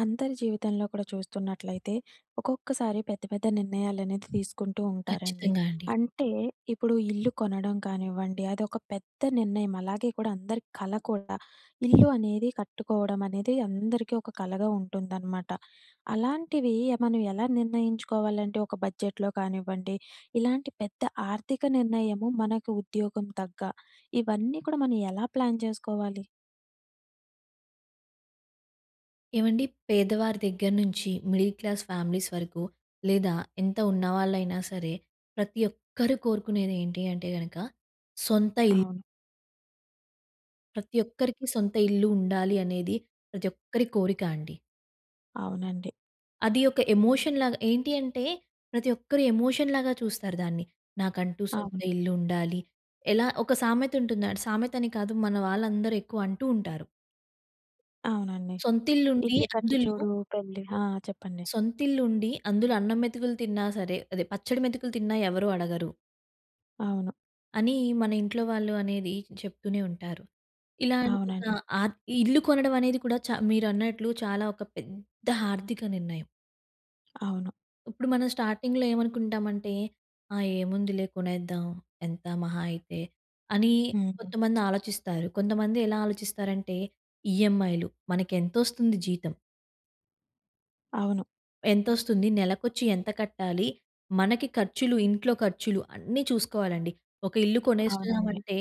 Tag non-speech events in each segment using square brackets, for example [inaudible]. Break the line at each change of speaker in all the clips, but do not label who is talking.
అందరి జీవితంలో కూడా చూస్తున్నట్లయితే, ఒక్కొక్కసారి పెద్ద పెద్ద నిర్ణయాలనేది తీసుకుంటూ ఉంటారండి.
ఖచ్చితంగా అండి.
అంటే ఇప్పుడు ఇల్లు కొనడం కానివ్వండి, అదొక పెద్ద నిర్ణయం. అలాగే కూడా అందరి కల కూడా. ఇల్లు అనేది కట్టుకోవడం అనేది అందరికీ ఒక కలగా ఉంటుందనమాట. అలాంటివి మనం ఎలా నిర్ణయించుకోవాలంటే ఒక బడ్జెట్‌లో కానివ్వండి, ఇలాంటి పెద్ద ఆర్థిక నిర్ణయము మనకు ఉద్యోగం తగ్గ, ఇవన్నీ కూడా మనం ఎలా ప్లాన్ చేసుకోవాలి?
ఏవండి, పేదవారి దగ్గర నుంచి మిడిల్ క్లాస్ ఫ్యామిలీస్ వరకు, లేదా ఎంత ఉన్నవాళ్ళైనా సరే, ప్రతి ఒక్కరు కోరుకునేది ఏంటి అంటే గనక సొంత ఇల్లు.
అవును.
ప్రతి ఒక్కరికి సొంత ఇల్లు ఉండాలి అనేది ప్రతి ఒక్కరి కోరిక అండి.
అవునండి.
అది ఒక ఎమోషన్ లాగా ఏంటి అంటే, ప్రతి ఒక్కరు ఎమోషన్ లాగా చూస్తారు దాన్ని. నాకంటూ సొంత
అవును.
ఇల్లు ఉండాలి. ఎలా ఒక సామెత ఉంటుంది. సామెత అని కాదు, మన వాళ్ళందరూ ఎక్కువ అంటూ ఉంటారు.
అవునండి.
సొంతిల్లుండి
ఇల్లు కట్టి
అందులో
చూడు పెళ్లి. ఆ! చెప్పండి.
సొంతిల్లుండి అందులో అన్నం మెతుకులు తిన్నా సరే, అదే పచ్చడి మెతుకులు తిన్నా ఎవరు అడగరు
అవును.
అని మన ఇంట్లో వాళ్ళు అనేది చెప్తూనే ఉంటారు. ఇలా ఒక
అవునండి.
ఆహ్, ఇల్లు కొనడం అనేది కూడా మీరన్నట్లు చాలా ఒక పెద్ద ఆర్థిక నిర్ణయం.
అవును.
ఇప్పుడు మనం స్టార్టింగ్‌లో ఏమనుకుంటామంటే, ఆ! ఏముందిలే, కొనేద్దాం. ఎంత మహా అయితే అని
హ్మ్.
కొంతమంది ఆలోచిస్తారు. కొంతమంది ఎలా ఆలోచిస్తారంటే, ఈఎంఐలు మనకెంతొస్తుంది, జీతం
అవును.
ఎంతొస్తుంది, నెలకొచ్చి ఎంత కట్టాలి, మనకి ఖర్చులు, ఇంట్లో ఖర్చులు అన్నీ చూసుకోవాలండి. ఒక ఇల్లు
అవునండి.
కొనేస్తున్నామంటే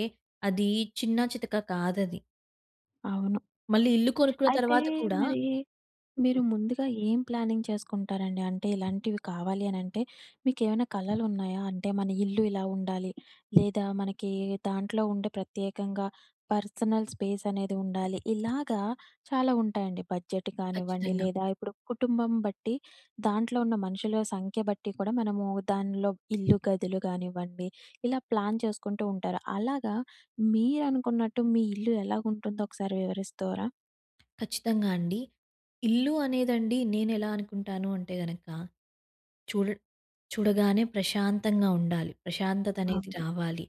అది చిన్నా చితక కాదది.
అవును.
మళ్ళీ ఇల్లు కొనుక్కున్న
అయితే
తర్వాత కూడా
మరి మీరు ముందుగా ఏం ప్లానింగ్ చేసుకుంటారండి? అంటే ఇలాంటివి కావాలి అనంటే మీకేమైనా కలలున్నాయా? అంటే మన ఇల్లు ఇలా ఉండాలి, లేదా మనకి దాంట్లో ఉండే ప్రత్యేకంగా పర్సనల్ స్పేస్ అనేది ఉండాలి. ఇలాగా చాలా ఉంటాయండి. బడ్జెట్ కానివ్వండి,
ఖచ్చితంగా.
లేదా ఇప్పుడు కుటుంబం బట్టి దాంట్లో ఉన్న మనుషుల సంఖ్య బట్టి కూడా మనము దానిలో ఇల్లు, గదులు కానివ్వండి ఇలా ప్లాన్ చేసుకుంటూ ఉంటారు. అలాగా మీరనుకున్నట్టు మీ ఇల్లు ఎలాగుంటుందో ఒకసారి వివరిస్తారా?
ఖచ్చితంగా అండి. ఇల్లు అనేదండి, నేనెలా అనుకుంటాను అంటే గనక, చూడ చూడగానే ప్రశాంతంగా ఉండాలి. ప్రశాంతత అనేది
అవును.
రావాలి.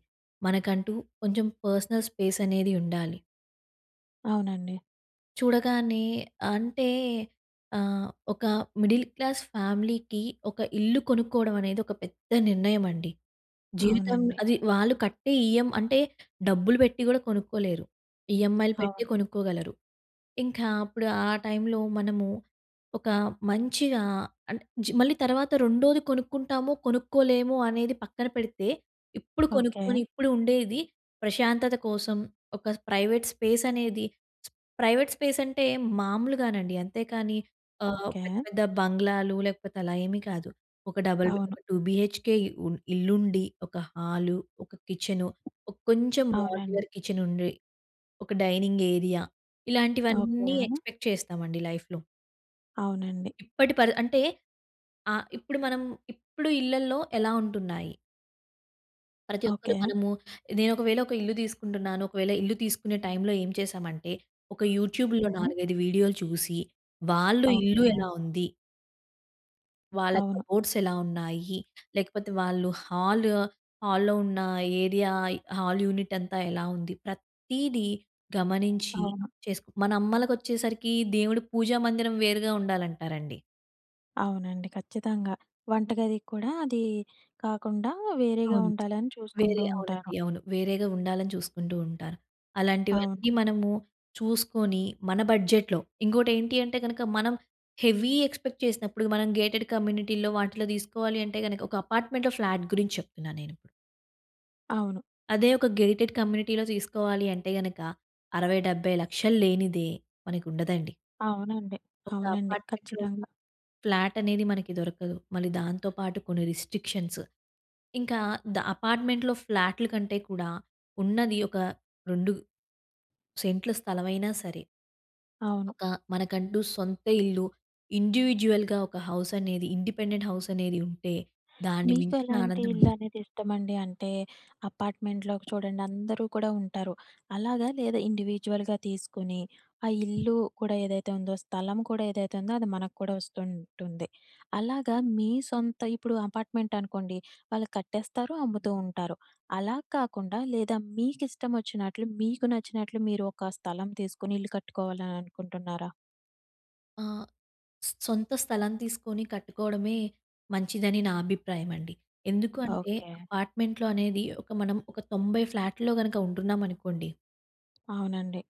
మనకంటూ కొంచెం పర్సనల్ స్పేస్ అనేది ఉండాలి.
అవునండి.
చూడగానే అంటే ఆహ్, ఒక మిడిల్ క్లాస్ ఫ్యామిలీకి ఒక ఇల్లు కొనుక్కోవడం అనేది ఒక పెద్ద నిర్ణయం అండి. జీవితం
అవునండి.
అది, వాళ్ళు కట్టే ఈఎం అంటే డబ్బులు పెట్టి కూడా కొనుక్కోలేరు. ఈఎంఐలు పెట్టి
అవును.
కొనుక్కోగలరు. ఇంకా అప్పుడు ఆ టైంలో మనము ఒక మంచిగా అంటే, మళ్ళీ తర్వాత రెండోది కొనుక్కుంటామో కొనుక్కోలేమో అనేది పక్కన పెడితే, ఇప్పుడు
ఓకే.
కొనుక్కొని ఇప్పుడు ఉండేది ప్రశాంతత కోసం, ఒక ప్రైవేట్ స్పేస్ అనేది. ప్రైవేట్ స్పేస్ అంటే మామూలుగానండి. అంతేకానీ
ఓకే.
పెద్ద పెద్ద బంగ్లాలు లేకపోతే అలా ఏమీ కాదు. ఒక డబుల్ బె ఒక
అవును.
2 బీహెచ్‌కే ఇల్లుండి, ఒక హాలు, ఒక కిచెను, ఒక కొంచెం
అవునండి.
మోడ్యులర్ కిచెనుండి, ఒక డైనింగ్ ఏరియా,
ఓకే.
ఇలాంటివన్నీ ఎక్స్‌పెక్ట్ చేస్తామండి లైఫ్‌లో.
అవునండి.
ఇప్పటి పరి అంటే ఇప్పుడు మనం, ఇప్పుడు ఇళ్లల్లో ఎలా ఉంటున్నాయి? ప్రతి ఒక్కరు
ఓకే.
మనము, నేను ఒకవేళ ఒక ఇల్లు తీసుకుంటున్నాను. ఒకవేళ ఇల్లు తీసుకునే టైంలో ఏం చేశామంటే, ఒక యూట్యూబ్‌లో
హుహు.
4, 5 వీడియోలు చూసి, వాళ్ళు
ఓకే.
ఇల్లు ఎలా ఉంది, వాళ్ళ
అవును.
కబోర్డ్స్ ఎలా ఉన్నాయి, లేకపోతే వాళ్ళు హాల్‌లో ఉన్న ఏరియా, హాల్ యూనిట్ అంతా ఎలా ఉంది, ప్రతీది గమనించి
అవును.
చేసుకు, మన అమ్మలకొచ్చేసరికి దేవుడి పూజా మందిరం వేరుగా ఉండాలంటారండి.
అవునండి. ఖచ్చితంగా. వంటగది కూడా అది కాకుండా వేరేగా
అవును.
ఉండాలని
వేరే,
చూసుకుంటూ
అవునండి.
ఉంటారు.
అవును. వేరేగా ఉండాలని చూసుకుంటూ ఉంటారు.
అవును.
అలాంటివన్నీ మనము చూసుకొని మన బడ్జెట్‌లో. ఇంకోటేంటి అంటే గనక, మనం హెవీ ఎక్స్‌పెక్ట్ చేసినప్పుడు మనం గేటెడ్ కమ్యూనిటీలో వాటిలో తీసుకోవాలి అంటే గనక, ఒక అపార్ట్మెంట్‌లో ఫ్లాట్ గురించి చెప్తున్నా నేనిప్పుడు.
అవును.
అదే ఒక గేటెడ్ కమ్యూనిటీలో తీసుకోవాలి అంటే గనక 60, 70 లక్షలు లేనిదే మనకుండదండి.
అవునండి.
ఒక
అవునండి.
అపార్ట్మెంట్‌లో
ఖచ్చితంగా.
ఫ్లాట్ అనేది మనకి దొరకదు. మళ్ళీ దాంతో పాటు కొన్ని రిస్ట్రిక్షన్స్. ఇంకా అపార్ట్‌మెంట్‌లో ఫ్లాట్‌ల కంటే కూడా ఉన్నది ఒక 2 సెంట్ల స్థలమైనా సరే,
అవును.
ఒక మనకంటూ సొంత ఇల్లు, ఇండివిడ్యుయల్‌గా ఒక హౌస్ అనేది, ఇండిపెండెంట్ హౌస్ అనేది ఉంటే దాన్ని
మీకు
మించిన
ఎలాంటి
ఆనందం ఉండదు.
ఇల్లు అనేది ఇష్టమండి? అంటే అపార్ట్‌మెంట్‌లో చూడండి అందరూ కూడా ఉంటారు. అలాగా? లేదా ఇండివిడ్యువల్‌గా తీసుకొని, ఆ ఇల్లు కూడా ఏదైతే ఉందో, స్థలం కూడా ఏదైతే ఉందో అది మనకు కూడా వస్తుంటుంది. అలాగా మీ సొంత ఇప్పుడు అపార్ట్‌మెంట్ అనుకోండి, వాళ్ళు కట్టేస్తారు, అమ్ముతూ ఉంటారు. అలా కాకుండా లేదా మీకిష్టం వచ్చినట్లు, మీకు నచ్చినట్లు మీరు ఒక స్థలం తీసుకొని ఇల్లు కట్టుకోవాలని అనుకుంటున్నారా?
ఆహ్, సొంత స్థలం తీసుకొని కట్టుకోవడమే మంచిదని నా అభిప్రాయం అండి. ఎందుకు అంటే,
ఓకే.
అపార్ట్‌మెంట్‌లో అనేది ఒక మనం ఒక 90 ఫ్లాట్‌లో గనక ఉంటున్నామనుకోండి,
అవునండి.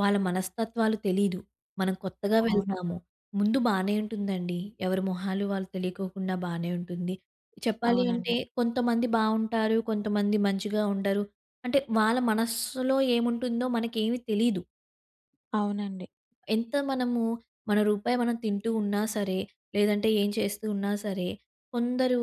వాళ్ళ మనస్తత్వాలు తెలీదు. మనం కొత్తగా
అవును.
వెళ్తాము. ముందు బానే ఉంటుందండి. ఎవరి మొహాలు వాళ్ళు తెలియకోకుండా బానే ఉంటుంది. చెప్పాలి అంటే,
అవునండి.
కొంతమంది బావుంటారు, కొంతమంది మంచిగా ఉండరు. అంటే వాళ్ళ మనస్సులో ఏముంటుందో మనకేమి తెలీదు.
అవునండి.
ఎంత మనము మన రూపాయి మనం తింటూ ఉన్నా సరే, లేదంటే ఏం చేస్తూ ఉన్నా సరే, కొందరు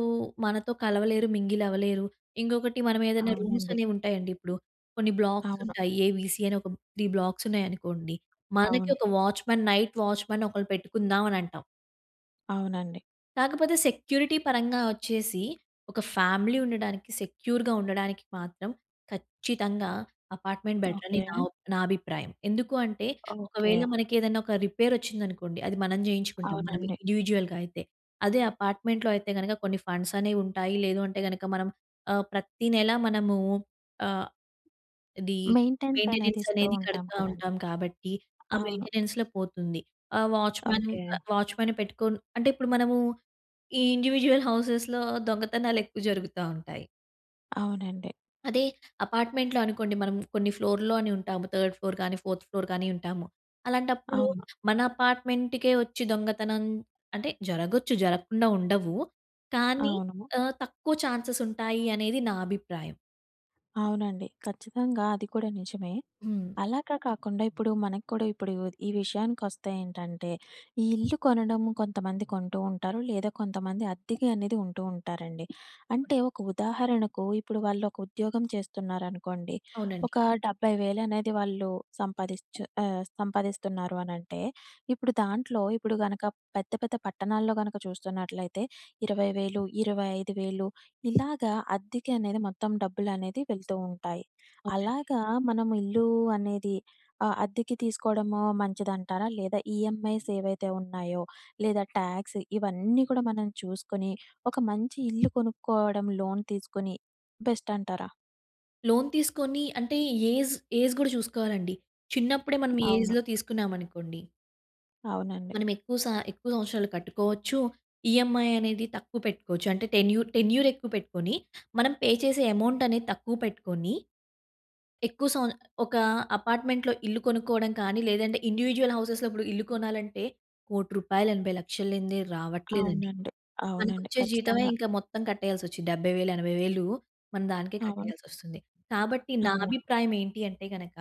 మనతో కలవలేరు, మింగిల్ అవ్వలేరు. ఇంకొకటి, మనం ఏదైనా రూమ్స్
అవునండి.
అనేవి ఉంటాయండి ఇప్పుడు. కొన్ని బ్లాక్స్
అవును.
ఉంటాయి. ఏబీసీ అని ఒక 3 బ్లాక్స్ ఉన్నాయనుకోండి. మనకి
అవును.
ఒక వాచ్‌మెన్, నైట్ వాచ్‌మెన్ ఒకళ్ళు పెట్టుకుందాం అని అంటాం.
అవునండి.
కాకపోతే సెక్యూరిటీ పరంగా వచ్చేసి, ఒక ఫ్యామిలీ ఉండడానికి, సెక్యూర్‌గా ఉండడానికి మాత్రం ఖచ్చితంగా అపార్ట్‌మెంట్ బెటరని
ఓకే.
నా అభిప్రాయం. ఎందుకు అంటే,
ఓకే.
ఒకవేళ మనకేదైనా ఒక రిపేరొచ్చిందనుకోండి, అది మనం జేయించుకుంటాం, మనం
అవునండి.
ఇండివిడ్యుయల్‌గా అయితే. అదే అపార్ట్‌మెంట్‌లో అయితే గనక కొన్ని ఫండ్స్ అనేవుంటాయి. లేదు అంటే గనక మనం ప్రతి నెల మనము ఆహ్, ఇది
మెయింటెన్స్ అనేది
మెయింటెనెన్స్
ఇస్తూ
అనేది
ఉంటాం
కడతా
కదండీ.
ఉంటాం కాబట్టి, ఆ
అవును.
మెయింటెనెన్స్‌లో పోతుంది. ఆ
ఓకే.
వాచ్‌మ్యాన్‌ని పెట్టుకొని అంటే, ఇప్పుడు మనము ఈ ఇండివిడ్యువల్ హౌసెస్‌లో దొంగతనాలెక్కువ జరుగుతా ఉంటాయి.
అవునండి.
అదే అపార్ట్మెంట్‌లో అనుకోండి, మనం కొన్ని ఫ్లోర్‌లో అని ఉంటాము. థర్డ్ ఫ్లోర్ గానీ, ఫోర్త్ ఫ్లోర్ గానీ ఉంటాము. అలాంటప్పుడు
అవును.
మన అపార్ట్మెంట్‌కే వచ్చి దొంగతనం అంటే జరగొచ్చు, జరగకుండా ఉండవు. కానీ
అవును.
తక్కువ ఛాన్సెస్ ఉంటాయి అనేది నా అభిప్రాయం.
అవునండి. ఖచ్చితంగా అది కూడా నిజమే.
హ్మ్.
అలాగా కాకుండా ఇప్పుడు మనకు కూడా ఇప్పుడు ఈ విషయానికొస్తే ఏంటంటే, ఈ ఇల్లు కొనడం కొంతమంది కొంటూ ఉంటారు. లేదా కొంతమంది అద్దెకి అనేది ఉంటూ ఉంటారండి. అంటే ఒక ఉదాహరణకు ఇప్పుడు వాళ్ళు ఒక ఉద్యోగం చేస్తున్నారనుకోండి.
అవునండి.
ఒక 70,000 అనేది వాళ్ళు సంపాదిస్తున్నారు అనంటే, ఇప్పుడు దాంట్లో ఇప్పుడు గనక పెద్ద పెద్ద పట్టణాల్లో గనక చూస్తున్నట్లయితే 20,000, 25,000 ఇలాగా అద్దెకి అనేది మొత్తం డబ్బులనేది వెళ్తూ ఉంటాయి.
అవునండి.
అలాగా మనం ఇల్లు అనేది అద్దెకి తీసుకోవడము మంచిదంటారా? లేదా ఈఎంఐస్ ఏవైతే ఉన్నాయో, లేదా ట్యాక్స్ ఇవన్నీ కూడా మనం చూసుకొని, ఒక మంచి ఇల్లు కొనుక్కోవడం లోన్ తీసుకొని బెస్ట్ అంటారా?
లోన్ తీసుకొని అంటే ఏజ్, ఏజ్ గూడా చూసుకోవాలండి. చిన్నప్పుడే మనం
అవును.
ఏజ్‌లో తీసుకున్నామనుకోండి,
అవునండి.
మనం ఎక్కువ సంవత్సరాలు కట్టుకోవచ్చు. ఈఎంఐ అనేది తక్కువ పెట్టుకోవచ్చు. అంటే టెన్యూర్ టెన్యూర్ ఎక్కువ పెట్టుకొని, మనం పే చేసే అమౌంట్ అనేది తక్కువ పెట్టుకొని, ఎక్కువ సం ఒక అపార్ట్మెంట్‌లో ఇల్లు కొనుక్కోవడం కానీ, లేదంటే ఇండివిడ్యువల్ హౌసెస్‌లో ఇప్పుడు ఇల్లు కొనాలంటే రూ. 1,80,00,000 80,00,000 లేనిదే రావట్లేదండి.
అవునండి. అవునండి.
మనకొచ్చే జీతమే
ఖచ్చితంగా.
ఇంకా మొత్తం కట్టేయాల్సొచ్చింది. 70,000, 80,000 మనం దానికే
అవును.
కట్టేయాల్సొస్తుంది. కాబట్టి నా
అవును.
అభిప్రాయం ఏంటి అంటే గనక,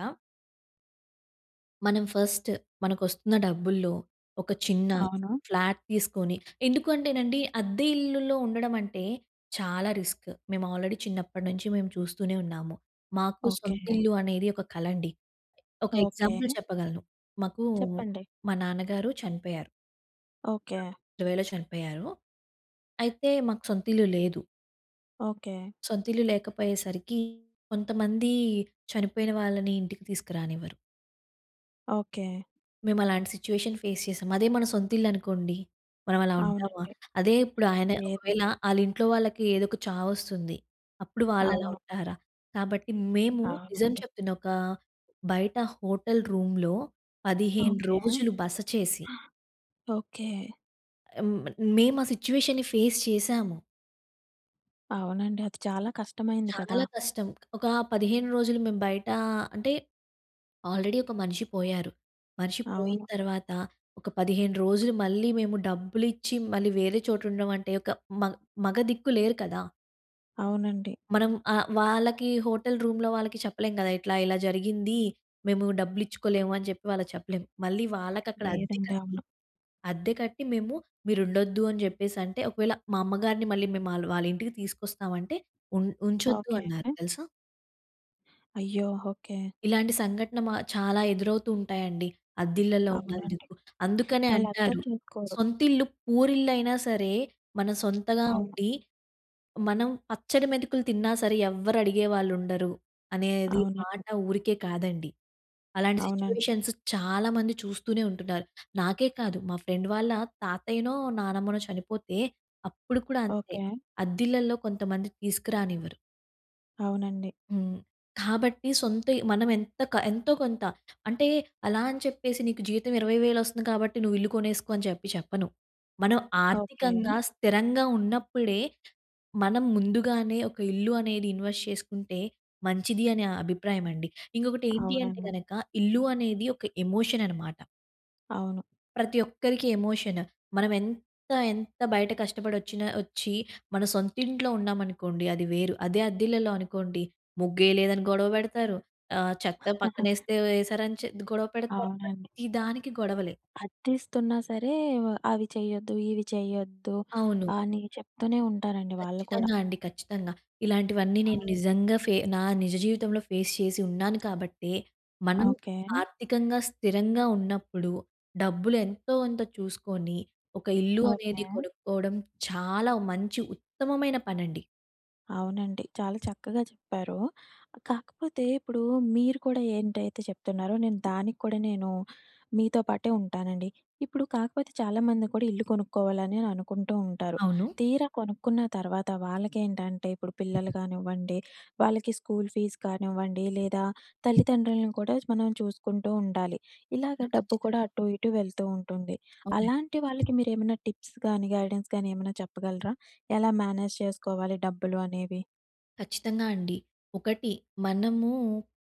మనం ఫస్ట్ మనకొస్తున్న డబ్బుల్లో ఒక చిన్న
అవును.
ఫ్లాట్ తీసుకొని. ఎందుకంటేనండి, అద్దె ఇల్లుల్లో ఉండడం అంటే చాలా రిస్క్. మేము ఆల్రెడీ చిన్నప్పటి నుంచి మేము చూస్తూనే ఉన్నాము. మాకు
ఓకే.
సొంత ఇల్లు అనేది ఒక కల అండి. ఒక
ఓకే.
ఎగ్జాంపుల్ చెప్పగలను. మాకు
చెప్పండి.
మా నాన్నగారు చనిపోయారు.
ఓకే.
2020లో చనిపోయారు. అయితే మాకు సొంత ఇల్లు లేదు.
ఓకే.
సొంత ఇల్లు లేకపోయేసరికి కొంతమంది చనిపోయిన వాళ్ళని ఇంటికి తీసుకురానివ్వరు.
ఓకే.
మేమలాంటి సిట్యుయేషన్ ఫేస్ చేసాం. అదే మన సొంత ఇల్లనుకోండి, మనం అలా ఉంటామా?
అవునండి.
అదే ఇప్పుడు ఆయన ఒకవేళ,
లేదండి.
ఆళ్ళింట్లో వాళ్ళకి ఏదో ఒక చావొస్తుంది. అప్పుడు వాళ్ళలా
అవును.
ఉంటారా? కాబట్టి మేము నిజం
అవునండి.
చెప్తున్నా, ఒక బయట హోటల్ రూమ్‌లో 15
ఓకే.
రోజులు బస చేసి.
ఓకే.
హ్మ్. మేము ఆ సిట్యుయేషన్‌ని ఫేస్ చేసాము.
అవునండి. అది చాలా కష్టమైంది కదా!
చాలా కష్టం. ఒక 15 రోజులు మేము బయట. అంటే ఆల్రెడీ ఒక మనిషి పోయారు. మనిషి పోయిన
అవును.
తర్వాత ఒక 15 రోజులు మళ్ళీ మేము డబ్బులిచ్చి మళ్ళీ వేరే చోట ఉండడం అంటే ఒక, మ మగ దిక్కు లేరు కదా!
అవునండి.
మనం వాళ్ళకి హోటల్ రూమ్‌లో వాళ్ళకి చెప్పలేం కదా! ఇలా జరిగింది. మేము డబ్బులిచ్చుకోలేము అని చెప్పి వాళ్ళకి చెప్పలేం. మళ్ళీ వాళ్ళకక్కడ అద్దె
లేదండి.
కట్టి,
అవును.
అద్దె కట్టి మేము మీరుండొద్దు అని చెప్పేసంటే, ఒకవేళ మా అమ్మగారిని మళ్ళీ మేము వాళ్ళ ఇంటికి తీసుకొస్తామంటే ఉంచొద్దు
ఓకే.
అన్నారు తెలుసా?
అయ్యో! ఓకే.
ఇలాంటి సంఘటన మా చాలా ఎదురవుతూ ఉంటాయండి, అద్దిళ్ళలో
అవునండి.
ఉన్నందుకు. అందుకనే
వాళ్ళు అర్థం
అంటారు,
చేసుకోరు.
సొంతిల్లు పూరిల్లయినా సరే, మనం సొంతగా
అవును.
ఉండి, మనం పచ్చడి మెతుకులు తిన్నా సరే ఎవ్వరు అడిగేవాళ్ళుండరు అనేది
అవునండి.
మాట ఊరికే కాదండి. అలాంటి
అవునండి.
సిట్యుయేషన్స్ చాలామంది చూస్తూనే ఉంటున్నారు. నాకే కాదు, మా ఫ్రెండ్ వాళ్ళ తాతయ్యనో, నానమ్మనో చనిపోతే అప్పుడు కూడా అంతే.
ఓకే.
అద్దిళ్ళలో కొంతమంది తీసుకురానివ్వరు.
అవునండి.
హ్మ్. కాబట్టి సొంతయి మనం ఎంతో కొంత అంటే. అలా అని చెప్పేసి నీకు జీతం 20,000 వస్తుంది కాబట్టి నువ్వు ఇల్లు కొనేసుకో అని చెప్పి చెప్పను. మనం
ఓకే.
ఆర్థికంగా స్థిరంగా ఉన్నప్పుడే మనం ముందుగానే ఒక ఇల్లు అనేది ఇన్వెస్ట్ చేసుకుంటే మంచిది అనే అభిప్రాయం అండి. ఇంకొకటి ఏంటి అంటే
అవునండి.
గనక, ఇల్లు అనేది ఒక ఎమోషన్ అనమాట.
అవును.
ప్రతి ఒక్కరికి ఎమోషన్. మనం ఎంత ఎంత బయట కష్టపడి వచ్చి మన సొంతింట్లో ఉన్నామనుకోండి, అది వేరు. అదే అద్దిల్లలో అనుకోండి, ముగ్గేయలేదని గొడవ పెడతారు. చెత్త
[laughs]
పక్కనేస్తే ఏసారని గొడవ పెడతారు.
అవునండి.
ప్రతి దానికి గొడవలే.
అద్దిస్తున్నా సరే అవి చెయ్యొద్దు, ఇవి చెయ్యొద్దు
అవును.
అని చెప్తూనే ఉంటారండి వాళ్ళు కూడా.
ఖచ్చితంగా అండి. ఖచ్చితంగా. ఇలాంటివన్నీ నేను
అవును.
నిజంగా నా నిజ జీవితంలో ఫేస్ చేసి ఉన్నాను కాబట్టే, మనం
ఓకే.
ఆర్థికంగా స్థిరంగా ఉన్నప్పుడు డబ్బులు ఎంతో కొంత చూసుకొని, ఒక ఇల్లు
ఓకే.
అనేది కొనుక్కోవడం చాలా మంచి ఉత్తమమైన పనండి.
అవునండి. చాలా చక్కగా చెప్పారు. కాకపోతే ఇప్పుడు మీరు కూడా ఏంటైతే చెప్తున్నారో నేను దానికి కూడా నేను మీతో పాటే ఉంటానండి. ఇప్పుడు కాకపోతే చాలామంది కూడా ఇల్లు కొనుక్కోవాలని అని అనుకుంటూ ఉంటారు.
అవును.
తీరా కొనుక్కున్న తర్వాత వాళ్ళకేంటంటే ఇప్పుడు పిల్లలు కానివ్వండి, వాళ్ళకి స్కూల్ ఫీజ్ కానివ్వండి, లేదా తల్లిదండ్రులను కూడా మనం చూసుకుంటూ ఉండాలి. ఇలాగ
అవును.
డబ్బు కూడా
ఖచ్చితంగా.
అటు ఇటు వెళ్తూ ఉంటుంది.
అవునండి.
అలాంటి వాళ్ళకి మీరేమైనా టిప్స్ గాని, గైడెన్స్ గాని ఏమైనా చెప్పగలరా? ఎలా మేనేజ్ చేసుకోవాలి డబ్బులు అనేవి?
ఖచ్చితంగా అండి. ఒకటి మనము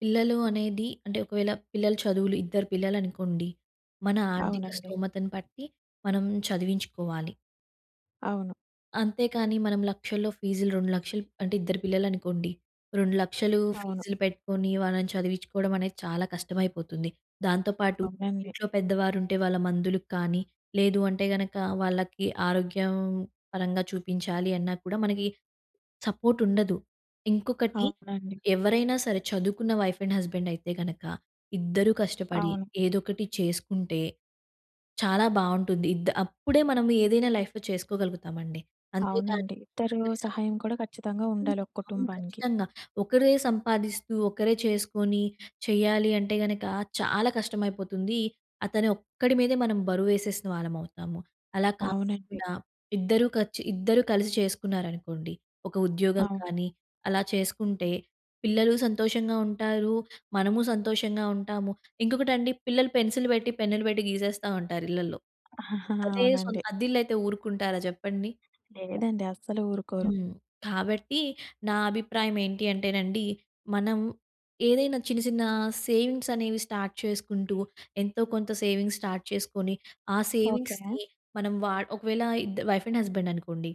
పిల్లలు అనేది అంటే, ఒకవేళ పిల్లల చదువులు ఇద్దరు పిల్లలనుకోండి, మన ఆర్థిక
అవునండి.
స్తోమతను బట్టి మనం చదివించుకోవాలి.
అవును.
అంతేకానీ మనం లక్షల్లో ఫీజులు 2,00,000 అంటే ఇద్దరు పిల్లలనుకోండి, 2,00,000
అవును.
ఫీజులు పెట్టుకొని వాళ్ళని చదివించుకోవడం అనేది చాలా కష్టమైపోతుంది. దాంతో పాటు
అవునండి.
ఇంట్లో పెద్దవారుంటే వాళ్ళ మందులకు కానీ, లేదు అంటే గనక వాళ్ళకి ఆరోగ్యం పరంగా చూపించాలి అన్నా కూడా మనకి సపోర్ట్ ఉండదు. ఇంకొకటి,
అవునండి.
ఎవరైనా సరే చదువుకున్న వైఫ్ అండ్ హస్బెండ్ అయితే గనక, ఇద్దరూ కష్టపడి
అవును.
ఏదోకటి చేసుకుంటే చాలా బావుంటుంది. అప్పుడే మనం ఏదైనా లైఫ్‌లో చేసుకోగలుగుతామండి. అంతేగాని
అవునండి. ఇద్దరు
ఇద్దరి సం
సహాయం కూడా ఖచ్చితంగా
హ్మ్.
ఉండాలి ఒక
అవును.
కుటుంబానికి.
ఖచ్చితంగా. ఒకరే సంపాదిస్తూ, ఒకరే చేసుకొని చెయ్యాలి అంటే గనక చాలా కష్టమైపోతుంది. అతని ఒక్కడి మీదే మనం బరువేసేసిన వాళ్ళమవుతాము. అలా
అవునండి.
కాకుండా ఇద్దరూ కలిసి చేసుకున్నారనుకోండి, ఒక ఉద్యోగం
అవును.
కానీ, అలా చేసుకుంటే పిల్లలు సంతోషంగా ఉంటారు. మనము సంతోషంగా ఉంటాము. ఇంకొకటండి, పిల్లలు పెన్సిల్ పెట్టి, పెన్నులు పెట్టి గీసేస్తా ఉంటారు ఇళ్లల్లో.
[laughs]
అదే
అవునండి.
అద్దిల్లయితే ఊరుకుంటారా చెప్పండి?
లేదండి అస్సలు ఊరుకోరు.
హ్మ్. కాబట్టి నా అభిప్రాయం ఏంటి అంటేనండి, మనం ఏదైనా చిన్న చిన్న సేవింగ్స్ అనేవి స్టార్ట్ చేసుకుంటూ, ఎంతో కొంత సేవింగ్స్ స్టార్ట్ చేసుకొని, ఆ
ఓకే.
సేవింగ్స్‌ని మనం ఒకవేళ వైఫ్ అండ్ హస్బెండ్ అనుకోండి.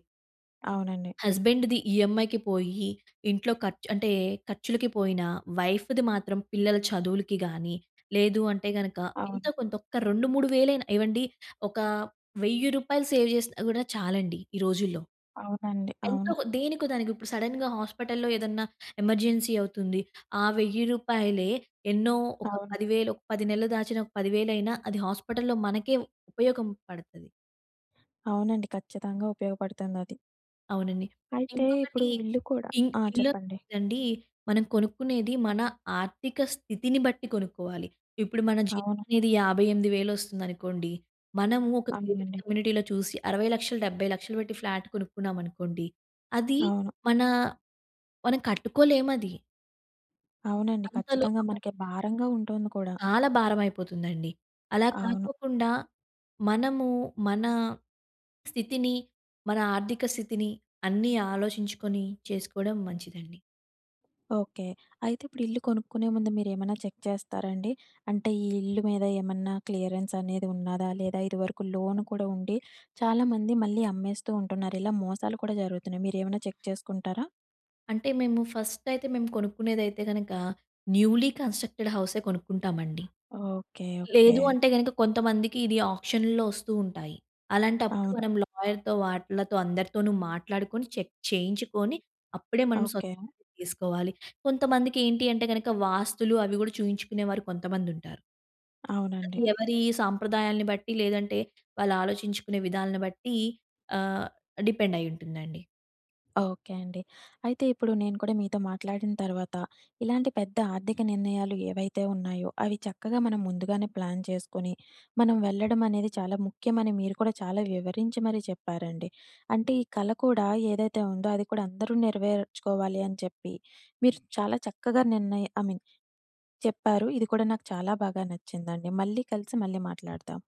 అవునండి.
హస్బెండ్‌ది ఈఎంఐకి పోయి, ఇంట్లో ఖర్చు అంటే ఖర్చులకి పోయినా, వైఫ్‌ది మాత్రం పిల్లల చదువులకి గానీ, లేదు అంటే గనక ఎంతో
అవును.
కొంత ఒక్క 2, 3 వేలైనా ఏవండీ, ఒక రూ. 1000 సేవ్ చేసినా గూడా చాలండి ఈ రోజుల్లో.
అవునండి.
ఎంతో
అవును.
దేనికో దానికి, ఇప్పుడు సడెన్‌గా హాస్పిటల్‌లో ఏదన్నా ఎమర్జెన్సీ అవుతుంది. ఆ రూ. 1000 ఎన్నో, ఒక
అవును.
10,000, ఒక 10 నెలలు దాచిన ఒక 10,000 అయినా అది హాస్పిటల్‌లో మనకే ఉపయోగం పడతది.
అవునండి. ఖచ్చితంగా ఉపయోగపడుతుందది.
అవునండి.
అయితే
ఇంకొకటి
ఇప్పుడు ఇల్లు కూడా ఆ!
ఇల్లు
చెప్పండి.
అండి, మనం కొనుక్కునేది మన ఆర్థిక స్థితిని బట్టి కొనుక్కోవాలి. ఇప్పుడు మన జీతం
అవును.
అనేది 58,000 వస్తుందనుకోండి. మనము ఒక గేటెడ్
అవునండి.
కమ్యూనిటీలో చూసి 60,00,000 70,00,000 పెట్టి ఫ్లాట్ కొనుక్కున్నామనుకోండి. అది
అవును.
మన, మనం కట్టుకోలేమది.
అవునండి.
అంతలో
ఖచ్చితంగా మనకి భారంగా ఉంటుంది కూడా.
చాలా భారమైపోతుందండి. అలా
అవును.
కాకోకుండా మనము మన స్థితిని, మన ఆర్థిక స్థితిని అన్నీ ఆలోచించుకొని చేసుకోవడం మంచిదండి.
ఓకే. అయితే ఇప్పుడు ఇల్లు కొనుక్కునే ముందు మీరేమన్నా చెక్ చేస్తారండి? అంటే ఈ ఇల్లు మీద ఏమన్నా క్లియరెన్స్ అనేది ఉన్నదా? లేదా ఇదివరకు లోన్ కూడా ఉండి చాలామంది మళ్ళీ అమ్మేస్తూ ఉంటున్నారు. ఇలా మోసాలు కూడా జరుగుతున్నాయి. మీరేమైనా చెక్ చేసుకుంటారా?
అంటే మేము ఫస్ట్ అయితే మేము కొనుక్కునేదైతే గనక న్యూలీ కన్‌స్ట్రక్టెడ్ హౌసే కొనుక్కుంటామండి.
ఓకే. ఓకే.
లేదు అంటే గనక కొంతమందికి ఇది ఆక్షన్‌లో ఒస్తూ ఉంటాయి. అలాంటప్పుడు
అవును.
మనం లాయర్‌తో వాటిలతో అందరితోనూ మాట్లాడుకొని చెక్ చేయించుకొని అప్పుడే మనం సొంత
ఓకే.
ఇల్లు తీసుకోవాలి. కొంతమందికి ఏంటి అంటే గనక వాస్తులు అవి గూడా చూయించుకునేవారు కొంతమందుంటారు. అది
అవునండి.
ఎవరి సాంప్రదాయాల్ని బట్టి, లేదంటే వాళ్ళు ఆలోచించుకునే విధాలను బట్టి ఆహ్, డిపెండ్ అయ్యుంటుందండి.
ఓకే అండి. అయితే ఇప్పుడు నేను కూడా మీతో మాట్లాడిన తర్వాత, ఇలాంటి పెద్ద ఆర్థిక నిర్ణయాలు ఏవైతే ఉన్నాయో, అవి చక్కగా మనం ముందుగానే ప్లాన్ చేసుకొని, మనం వెళ్ళడం అనేది చాలా ముఖ్యమని మీరు కూడా చాలా వివరించి మరీ చెప్పారండి. అంటే ఈ కల కూడా ఏదైతే ఉందో, అది కూడా అందరూ నెరవేర్చుకోవాలి అని చెప్పి, మీరు చాలా చక్కగా నిర్ణయ ఐ మీన్ చెప్పారు. ఇది కూడా నాకు చాలా బాగా నచ్చిందండి. మళ్ళీ కలిసి మళ్ళీ మాట్లాడదాం.